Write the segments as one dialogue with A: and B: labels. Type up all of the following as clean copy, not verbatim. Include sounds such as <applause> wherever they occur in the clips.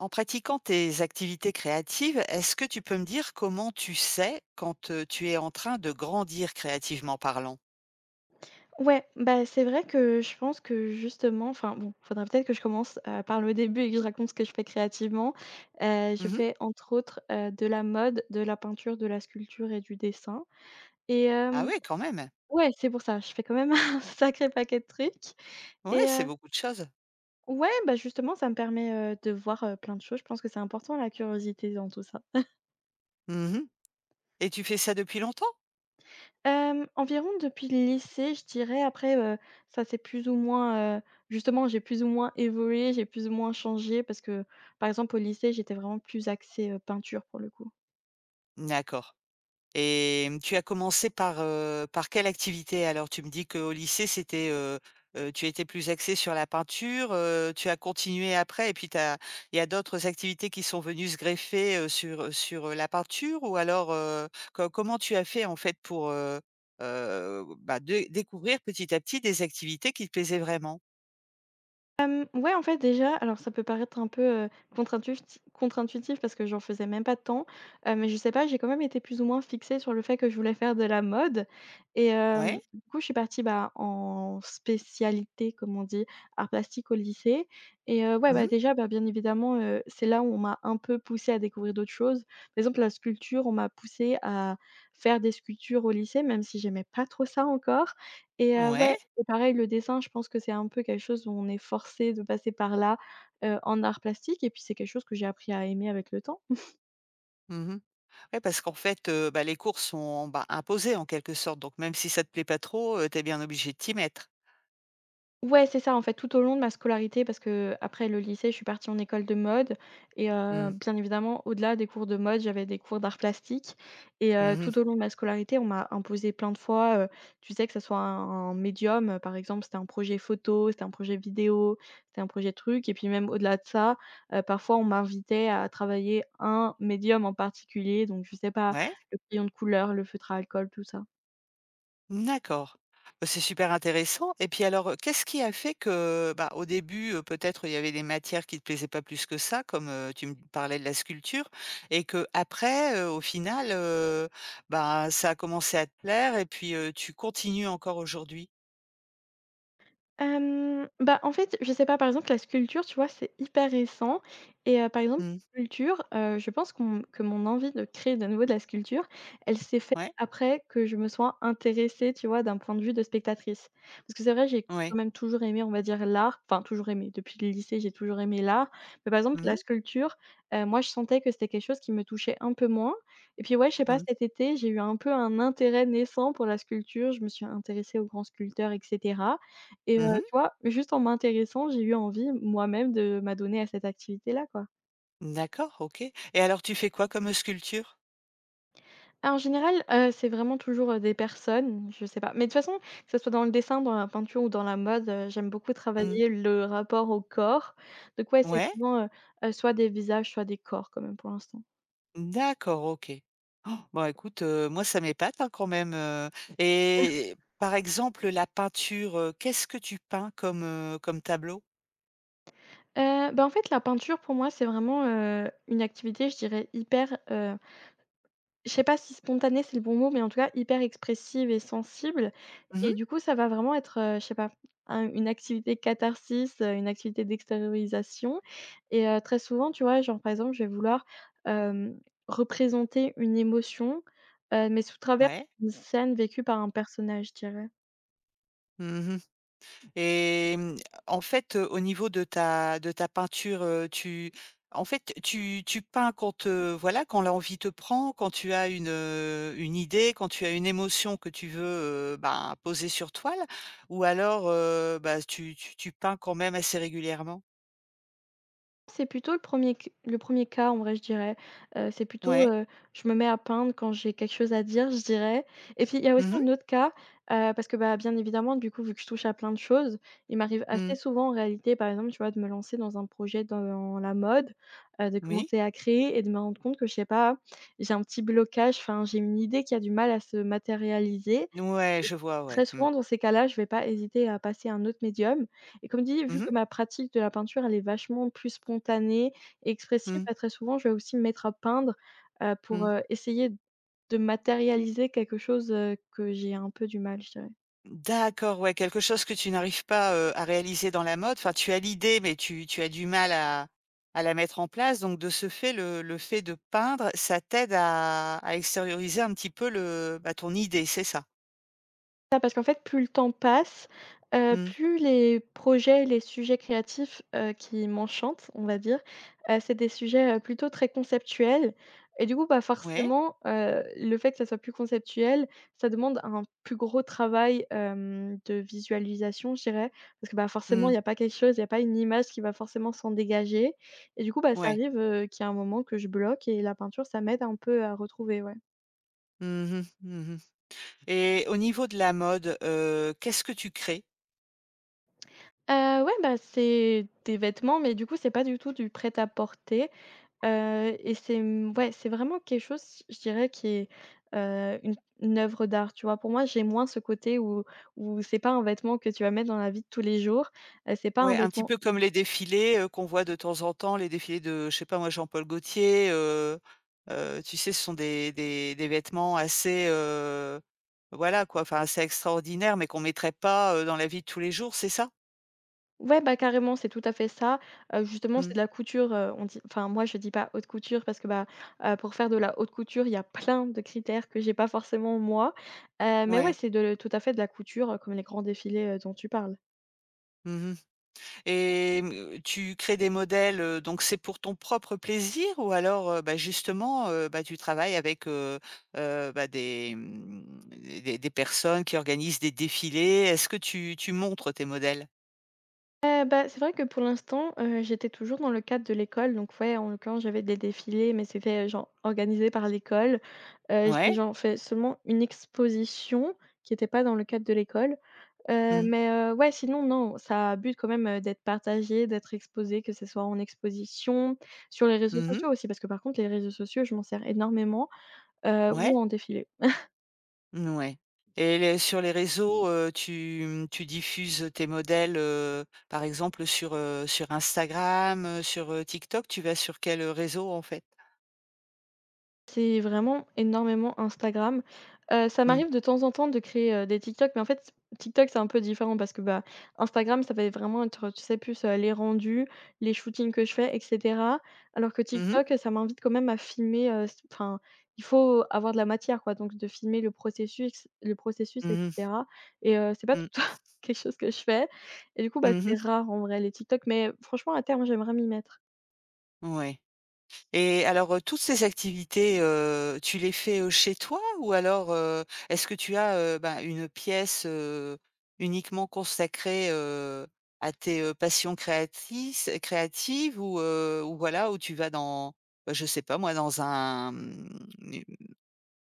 A: En pratiquant tes activités créatives, est-ce que tu peux me dire comment tu sais quand, tu es en train de grandir créativement parlant?
B: Ouais, bah, c'est vrai que je pense que justement enfin bon, faudrait peut-être que je commence, par le début et que je raconte ce que je fais créativement. Je
A: Mmh.
B: fais entre autres, de la mode, de la peinture, de la sculpture et du dessin et
A: Ah ouais, quand même.
B: ouais, c'est pour ça, je fais quand même <laughs> un sacré paquet de trucs
A: Ouais,
B: et
A: c'est beaucoup de choses.
B: ouais, bah, justement ça me permet, de voir, plein de choses. Je pense que c'est important la curiosité dans tout ça.
A: Mmh, et tu fais ça depuis longtemps?
B: Environ depuis le lycée, je dirais. Après, ça c'est plus ou moins, justement, j'ai plus ou moins évolué, j'ai plus ou moins changé parce que, par exemple, au lycée, j'étais vraiment plus axée, peinture pour le coup.
A: D'accord. Et mmh, tu as commencé par, par quelle activité? Alors tu me dis qu'au lycée c'était, tu étais plus axé sur la peinture, tu as continué après et puis tu il y a d'autres activités qui sont venues se greffer, sur, la peinture, ou alors, co comment tu as fait en fait pour, bah, dé découvrir petit à petit des activités qui te plaisaient vraiment?
B: Ouais, en fait, déjà, alors ça peut paraître un peu, contre-intuitif parce que j'en faisais même pas tant, mais je sais pas, j'ai quand même été plus ou moins fixée sur le fait que je voulais faire de la mode et
A: Ouais.
B: du coup, je suis partie, bah, en spécialité, comme on dit, art plastique au lycée et ouais, bah,
A: Mmh.
B: déjà, bah, bien évidemment, c'est là où on m'a un peu poussée à découvrir d'autres choses. Par exemple, la sculpture, on m'a poussée à faire des sculptures au lycée, même si j'aimais pas trop ça encore et
A: Ouais.
B: ouais et pareil le dessin, je pense que c'est un peu quelque chose où on est forcé de passer par là, en art plastique et puis c'est quelque chose que j'ai appris à aimer avec le temps.
A: Mmh. Ouais, parce qu'en fait, bah, les cours sont, bah, imposés en quelque sorte, donc même si ça te plaît pas trop, tu es bien obligé de t'y mettre.
B: Ouais, c'est ça, en fait, tout au long de ma scolarité parce que après le lycée, je suis partie en école de mode et
A: Mmh.
B: bien évidemment, au-delà des cours de mode, j'avais des cours d'art plastique. Et
A: Mmh mh.
B: tout au long de ma scolarité, on m'a imposé plein de fois, tu sais, que ce soit un médium, par exemple, c'était un projet photo, c'était un projet vidéo, c'était un projet truc et puis même au-delà de ça, parfois, on m'invitait à travailler un médium en particulier, donc je sais pas,
A: Ouais,
B: le crayon de couleur, le feutre à alcool, tout ça.
A: d'accord. Bah, c'est super intéressant, et puis alors, qu'est-ce qui a fait que, bah, au début, peut-être il y avait des matières qui te plaisaient pas plus que ça, comme, tu me parlais de la sculpture, et qu'après, au final, bah, ça a commencé à te plaire et puis, tu continues encore aujourd'hui?
B: Bah, en fait, je sais pas, par exemple, la sculpture, tu vois, c'est hyper récent et par exemple,
A: Mmh.
B: la sculpture, je pense qu'on que mon envie de créer de nouveau de la sculpture, elle s'est faite
A: Ouais,
B: après que je me sois intéressée, tu vois, d'un point de vue de spectatrice. Parce que c'est vrai, j'ai
A: ouais.
B: quand même toujours aimé, on va dire, l'art, enfin toujours aimé, depuis le lycée, j'ai toujours aimé l'art, mais par exemple,
A: Mmh
B: la
A: mh.
B: sculpture, moi, je sentais que c'était quelque chose qui me touchait un peu moins et puis, ouais, je sais pas,
A: Mmh.
B: cet été, j'ai eu un peu un intérêt naissant pour la sculpture, je me suis intéressée aux grands sculpteurs et cetera et
A: Mmh mh.
B: tu vois? Juste en m'intéressant, j'ai eu envie moi-même de m'adonner à cette activité-là, quoi.
A: D'accord, OK, et alors tu fais quoi comme, sculpture?
B: Ah, en général, c'est vraiment toujours, des personnes, je sais pas. Mais de toute façon, que ce soit dans le dessin, dans la peinture ou dans la mode, j'aime beaucoup
A: Mmh.
B: travailler le rapport au corps. Donc ouais, c'est
A: Ouais.
B: souvent, soit des visages, soit des corps quand même pour l'instant.
A: D'accord, OK. Oh, bon, écoute, moi ça m'épate, hein, quand même, et par exemple, la peinture, qu'est-ce que tu peins comme, comme tableau?
B: Bah, en fait, la peinture pour moi, c'est vraiment, une activité, je dirais, hyper, Je sais pas si spontané, c'est le bon mot, mais en tout cas hyper expressive et sensible
A: Mmh.
B: et du coup, ça va vraiment être, je sais pas, un une activité catharsis, une activité d'extériorisation et très souvent, tu vois, genre, par exemple, je vais vouloir, hem, représenter une émotion, mais sous travers
A: Ouais.
B: une scène vécue par un personnage, je dirais.
A: Mmh, et mmh, en fait, au niveau de ta peinture, tu en fait, tu peins quand, voilà, quand l'envie te prend, quand tu as une idée, quand tu as une émotion que tu veux, ben, poser sur toile, ou alors, bah, tu peins quand même assez régulièrement?
B: C'est plutôt le premier er le premier cas en vrai je dirais. C'est plutôt,
A: Ouais.
B: je me mets à peindre quand j'ai quelque chose à dire je dirais et puis il y a aussi
A: Mhm, mhm.
B: un autre cas, parce que, bah, bien évidemment du coup vu que je touche à plein de choses, il m'arrive assez souvent en réalité par exemple, tu vois, de me lancer dans un projet dans la mode, de
A: Oui.
B: commencer à créer et de me rendre compte que je sais pas, j'ai un petit blocage, enfin j'ai une idée qui a du mal à se matérialiser
A: Ouais,
B: et
A: je vois, ouais.
B: très
A: Mmh.
B: souvent dans ces cas-là, je vais pas hésiter à passer à un autre médium et comme dit, vu
A: Mhm, mh.
B: que ma pratique de la peinture, elle est vachement plus spontanée et expressive,
A: Mmh.
B: bah, très souvent, je vais aussi me mettre à peindre, pour,
A: Mmh.
B: essayer de matérialiser quelque chose, que j'ai un peu du mal, je dirais.
A: D'accord, ouais, quelque chose que tu n'arrives pas, à réaliser dans la mode. Enfin, tu as l'idée, mais tu as du mal à la mettre en place. Donc de ce fait, le fait de peindre, ça t'aide à extérioriser un petit peu le bah, ton idée, c'est ça?
B: Ah, parce qu'en fait, plus le temps passe,
A: Mmh.
B: plus les projets, les sujets créatifs, qui m'enchantent, on va dire, c'est des sujets, plutôt très conceptuels et du coup, bah,
A: Ouais.
B: forcément, le fait que ça soit plus conceptuel, ça demande un plus gros travail, de visualisation, je dirais. Parce que, bah, forcément,
A: Mmh.
B: il y a pas quelque chose, il y a pas une image qui va forcément s'en dégager et du coup, bah, ça
A: Ouais.
B: arrive, qu'il y a un moment que je bloque et la peinture, ça m'aide un peu à retrouver, ouais.
A: Mhm, mhm. Et au niveau de la mode, qu'est-ce que tu crées?
B: Ouais, bah, c'est des vêtements, mais du coup, c'est pas du tout du prêt-à-porter, et c'est, mmh, ouais, c'est vraiment quelque chose, je dirais, qui est, heu, une une œuvre d'art, tu vois? Pour moi, j'ai moins ce côté où c'est pas un vêtement que tu vas mettre dans la vie de tous les jours, c'est pas un
A: Ouais, un petit
B: vêtement
A: peu comme les défilés, qu'on voit de temps en temps, les défilés de, je sais pas moi, Jean-Paul Gaultier, tu sais, ce sont des des vêtements assez, voilà quoi, enfin assez extraordinaires, mais qu'on mettrait pas, dans la vie de tous les jours, c'est ça?
B: ouais, bah, carrément, c'est tout à fait ça, justement,
A: Mmh.
B: c'est de la couture, on dit enfin, moi, je dis pas haute couture parce que, bah, pour faire de la haute couture, il y a plein de critères que j'ai pas forcément moi, mais ouais,
A: Ouais.
B: c'est de tout à fait de la couture, comme les grands défilés, dont tu parles.
A: Mmh, et hem, tu crées des modèles, donc c'est pour ton propre plaisir, ou alors, bah, justement, bah, tu travailles avec, bah, des, mmh, des personnes qui organisent des défilés? Est-ce que tu montres tes modèles?
B: Bah, c'est vrai que pour l'instant, j'étais toujours dans le cadre de l'école donc ouais, en l'occurrence, j'avais des défilés mais c'était, genre, organisé par l'école. J'ai,
A: Ouais.
B: genre, fait seulement une exposition qui était pas dans le cadre de l'école.
A: Mmh.
B: Mais ouais, sinon non, ça a but quand même, d'être partagé, d'être exposé, que ce soit en exposition, sur les réseaux
A: Mmh mh.
B: sociaux aussi parce que par contre les réseaux sociaux, je m'en sers énormément,
A: Ouais.
B: ou en défilé.
A: Mmh, ouais. Et les sur les réseaux, tu, mmh, tu diffuses tes modèles, par exemple sur, sur Instagram, sur, TikTok? Tu vas sur quel réseau en fait?
B: C'est vraiment énormément Instagram. Ça
A: Mmh.
B: m'arrive de temps en temps de créer, des TikTok, mais en fait, TikTok, c'est un peu différent parce que, bah, Instagram, ça va vraiment être, tu sais, plus, les rendus, les shootings que je fais et cetera. Alors que
A: Mmh mh.
B: TikTok, ça m'invite quand même à filmer, s enfin, il faut avoir de la matière, quoi, donc de filmer le processus et
A: Mmh mh.
B: cetera et c'est pas tout
A: Mmh.
B: le temps <laughs> quelque chose que je fais et du coup, bah,
A: Mmh.
B: c'est rare en vrai les TikTok, mais franchement à terme, j'aimerais m'y mettre.
A: Ouais. Et alors, toutes ces activités, tu les fais, chez toi, ou alors, est-ce que tu as, ben, une pièce, uniquement consacrée, à tes, passions créatrices créatives, ou voilà, où tu vas dans, bah, je sais pas moi, dans un, mmh,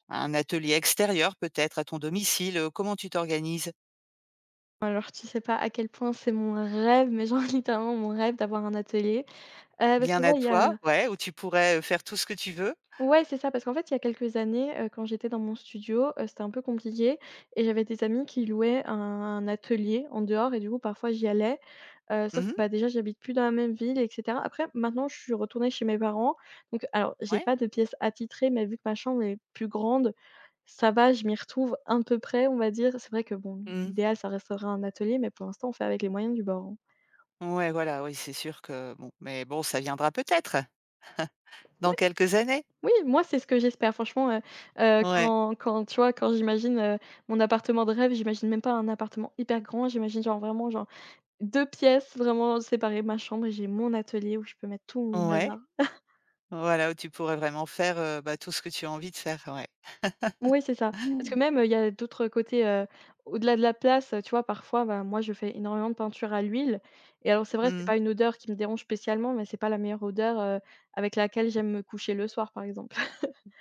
A: un atelier extérieur peut-être à ton domicile, comment tu t'organises?
B: Alors tu sais pas à quel point c'est mon rêve, mais genre <laughs> littéralement mon rêve d'avoir un atelier. Parce que
A: Bien à
B: ouais, il y a
A: toi, ouais, où tu pourrais, faire tout ce que tu veux?
B: ouais, c'est ça, parce qu'en fait, il y a quelques années, quand j'étais dans mon studio, c'était un peu compliqué et j'avais des amis qui louaient un atelier en dehors et du coup parfois j'y allais, sauf que,
A: Mmh,
B: bah, déjà j'habite plus dans la même ville et cetera. Après maintenant, je suis retournée chez mes parents, donc alors j'ai
A: ouais.
B: pas de pièces attitrées, mais vu que ma chambre est plus grande, ça va, je m'y retrouve un peu près, on va dire. C'est vrai que bon,
A: Mmh.
B: l'idéal, ça resterait un atelier, mais pour l'instant, on fait avec les moyens du bord, hein.
A: Ouais, voilà, oui, c'est sûr que bon, mais bon, ça viendra peut-être. Dans quelques années?
B: Oui, moi, c'est ce que j'espère franchement,
A: Ouais,
B: quand tu vois, quand j'imagine, mon appartement de rêve, j'imagine même pas un appartement hyper grand, j'imagine genre vraiment genre 2 pièces vraiment séparées, ma chambre et j'ai mon atelier où je peux mettre tout mon
A: ouais,
B: bazar.
A: voilà, où tu pourrais vraiment faire, bah, tout ce que tu as envie de faire, ouais.
B: Oui, c'est ça. Parce que même, il y a d'autres côtés, au-delà de la place, tu vois, parfois, bah, moi, je fais énormément de peinture à l'huile et alors c'est vrai, c'est
A: Mmh.
B: pas une odeur qui me dérange spécialement, mais c'est pas la meilleure odeur, avec laquelle j'aime me coucher le soir, par exemple.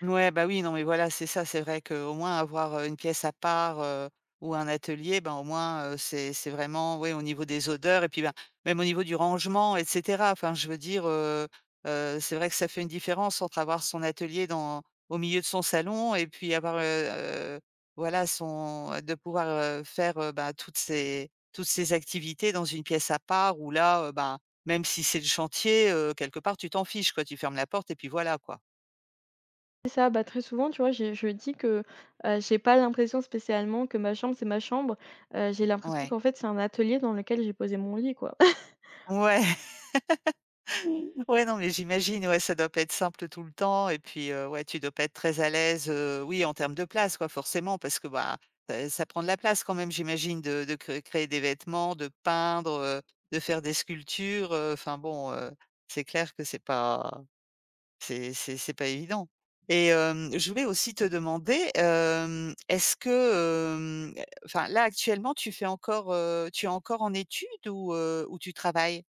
A: Ouais, bah, oui, non, mais voilà, c'est ça. C'est vrai qu'au moins avoir, une pièce à part, ou un atelier, ben, au moins, c'est vraiment oui, au niveau des odeurs et puis, ben, même au niveau du rangement, et cetera. Enfin, je veux dire, c'est vrai que ça fait une différence entre avoir son atelier dans au milieu de son salon, et puis avoir, voilà, son de pouvoir, faire, bah, toutes ces activités dans une pièce à part, où là, ben, même si c'est le chantier, quelque part, tu t'en fiches, quoi. Tu fermes la porte et puis voilà, quoi.
B: C'est ça, bah, très souvent, tu vois, j'ai je dis que, j'ai pas l'impression spécialement que ma chambre, c'est ma chambre. J'ai l'impression
A: Ouais.
B: qu'en fait, c'est un atelier dans lequel j'ai posé mon lit, quoi. <laughs>
A: Ouais. Ouais, non, mais j'imagine, ouais, ça doit pas être simple tout le temps, et puis, ouais, tu dois pas être très à l'aise, oui, en termes de place, quoi, forcément, parce que, bah, ça prend de la place quand même, j'imagine, de créer des vêtements, de peindre, de faire des sculptures, enfin bon, c'est clair que c'est pas évident, et hem, je voulais aussi te demander, hem, est-ce que, hem, enfin, là, actuellement, tu fais encore, tu es encore en études, ou tu travailles?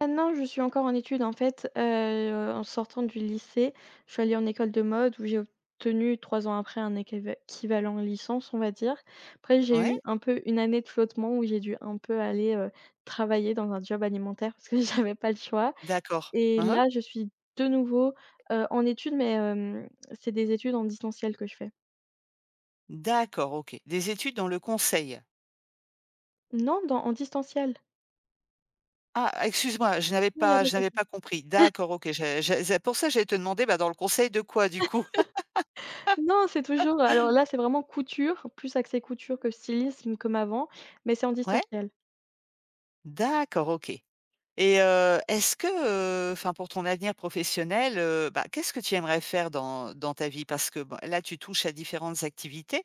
B: Maintenant, je suis encore en études, en fait, en sortant du lycée, je suis allée en école de mode où j'ai obtenu 3 ans après un équivalent licence, on va dire. Après, j'ai
A: Ouais?
B: eu un peu une année de flottement où j'ai dû un peu aller, travailler dans un job alimentaire parce que <laughs> j'avais pas le choix.
A: D'accord.
B: Et
A: Mmh.
B: là, je suis de nouveau, en études, mais c'est des études en distanciel que je fais.
A: D'accord, OK. Des études dans le conseil.
B: Non, dans en distanciel.
A: Ah, excuse-moi,
B: Non, y a pas
A: je
B: de
A: n'avais
B: souci.
A: pas compris. D'accord, OK. J'ai c'est pour ça que j'allais te demander, bah, dans le conseil de quoi, du coup? <laughs>
B: Non, c'est toujours alors là, c'est vraiment couture, plus axé couture que stylisme comme avant, mais c'est en
A: Ouais?
B: distanciel.
A: D'accord, OK. Et est-ce que, enfin pour ton avenir professionnel, bah, qu'est-ce que tu aimerais faire dans ta vie? Parce que, bah, là tu touches à différentes activités.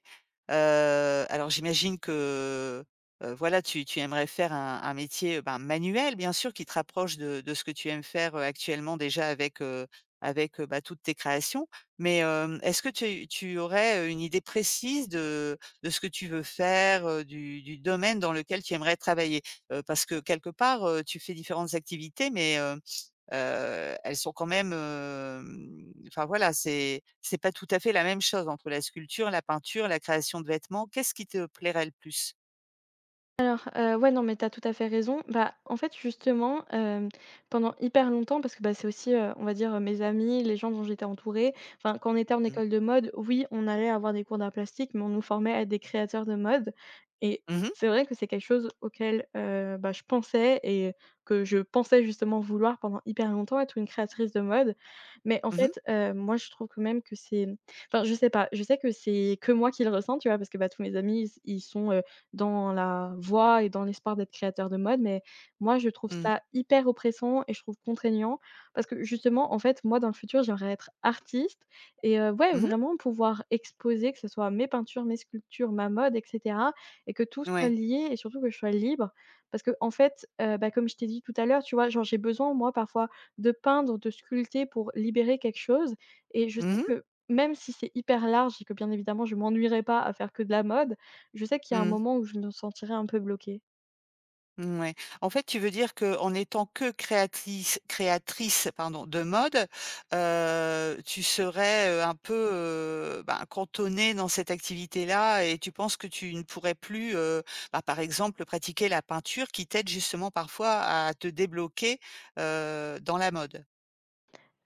A: Alors j'imagine que, voilà tu aimerais faire un métier, ben, manuel bien sûr, qui te rapproche de ce que tu aimes faire, actuellement déjà avec, avec, bah, toutes tes créations. Mais, hem, est-ce que tu aurais, une idée précise de ce que tu veux faire, du domaine dans lequel tu aimerais travailler? Parce que quelque part, tu fais différentes activités, mais, elles sont quand même, hem, enfin voilà, c'est pas tout à fait la même chose entre la sculpture, la peinture, la création de vêtements. Qu'est-ce qui te plairait le plus?
B: Alors, ouais, non, mais t'as tout à fait raison. Bah, en fait, justement, pendant hyper longtemps, parce que, bah, c'est aussi, on va dire, mes amis, les gens dont j'étais entourée. Enfin, quand on était en
A: Mmh.
B: école de mode, oui, on allait avoir des cours d'art plastique, mais on nous formait à être des créateurs de mode et
A: Mmh mh.
B: c'est vrai que c'est quelque chose auquel, bah, je pensais et que je pensais justement vouloir pendant hyper longtemps, être une créatrice de mode. Mais en
A: Mmh mh.
B: fait, moi, je trouve quand même que c'est, mmh, enfin, je sais pas, je sais que c'est que moi qui le ressens, tu vois? Parce que, bah, tous mes amis, ils sont, dans la voie et dans l'espoir d'être créateur de mode, mais moi, je trouve
A: Mmh.
B: ça hyper oppressant et je trouve contraignant parce que justement, en fait, moi, dans le futur, j'aimerais être artiste et ouais,
A: Mmh.
B: vraiment pouvoir exposer, que ce soit mes peintures, mes sculptures, ma mode et cetera et que tout soit
A: Ouais.
B: lié et surtout que je sois libre parce que en fait, bah, comme je t'ai dit tout à l'heure, tu vois, genre, j'ai besoin, moi, parfois de peindre, de sculpter pour libérer quelque chose et je
A: Mmh
B: sais
A: mh.
B: que même si c'est hyper large et que bien évidemment je m'ennuierai pas à faire que de la mode, je sais qu'il y a un
A: Mmh.
B: moment où je me sentirais un peu bloquée.
A: Ouais. En fait, tu veux dire que en étant que créatrice, pardon, de mode, tu serais, un peu, ben, cantonnée dans cette activité-là, et tu penses que tu ne pourrais plus, bah, par exemple, pratiquer la peinture qui t'aide justement parfois à te débloquer, dans la mode?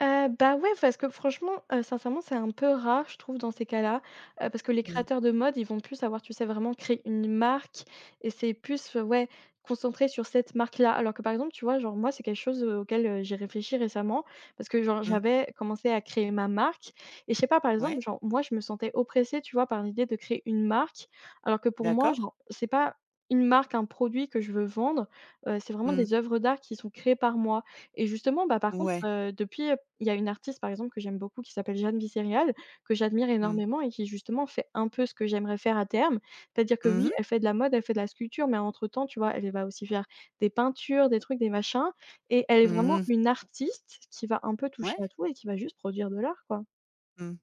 B: Bah, ouais, parce que franchement, sincèrement, c'est un peu rare, je trouve, dans ces cas-là, parce que les
A: Mmh.
B: créateurs de mode, ils vont plus avoir, tu sais, vraiment créer une marque et c'est plus, ouais, concentré sur cette marque-là. Alors que, par exemple, tu vois, genre, moi, c'est quelque chose, auquel, j'ai réfléchi récemment parce que, genre,
A: Mmh.
B: j'avais commencé à créer ma marque et je sais pas, par exemple,
A: Ouais,
B: genre, moi, je me sentais oppressée, tu vois, par l'idée de créer une marque, alors que pour moi,
A: d'accord.
B: genre, c'est pas une marque, un produit que je veux vendre, c'est vraiment
A: Mmh.
B: des œuvres d'art qui sont créées par moi. Et justement, bah, par contre,
A: Ouais.
B: depuis, il y a une artiste, par exemple, que j'aime beaucoup qui s'appelle Jeanne Vicerial, que j'admire
A: Mmh.
B: énormément et qui justement fait un peu ce que j'aimerais faire à terme. C'est-à-dire que
A: Mmh
B: oui,
A: mh.
B: elle fait de la mode, elle fait de la sculpture, mais entre temps, tu vois, elle va aussi faire des peintures, des trucs, des machins et elle est vraiment
A: Mmh.
B: une artiste qui va un peu
A: Ouais.
B: toucher à tout et qui va juste produire de l'art, quoi.
A: Mmh.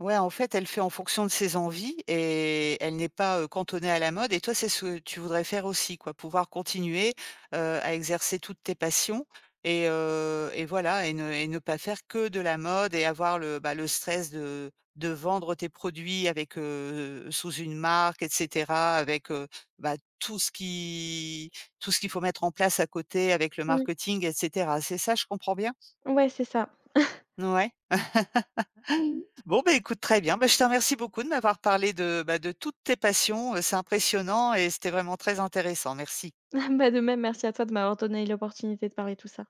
A: Ouais, en fait, elle fait en fonction de ses envies et elle n'est pas, cantonnée à la mode, et toi, c'est ce que tu voudrais faire aussi quoi, pouvoir continuer, à exercer toutes tes passions, et voilà, et ne pas faire que de la mode, et avoir le, bah, le stress de vendre tes produits avec, sous une marque, et cetera, avec, bah, tout ce qu'il faut mettre en place à côté avec le
B: Mmh.
A: marketing, et cetera. C'est ça, je comprends bien?
B: Ouais, c'est ça.
A: Ouais. Bon, bah, écoute, très bien. Bah, je te remercie beaucoup de m'avoir parlé de, bah, de toutes tes passions, c'est impressionnant et c'était vraiment très intéressant. Merci.
B: <laughs> Bah, de même, merci à toi de m'avoir donné l'opportunité de parler de tout ça.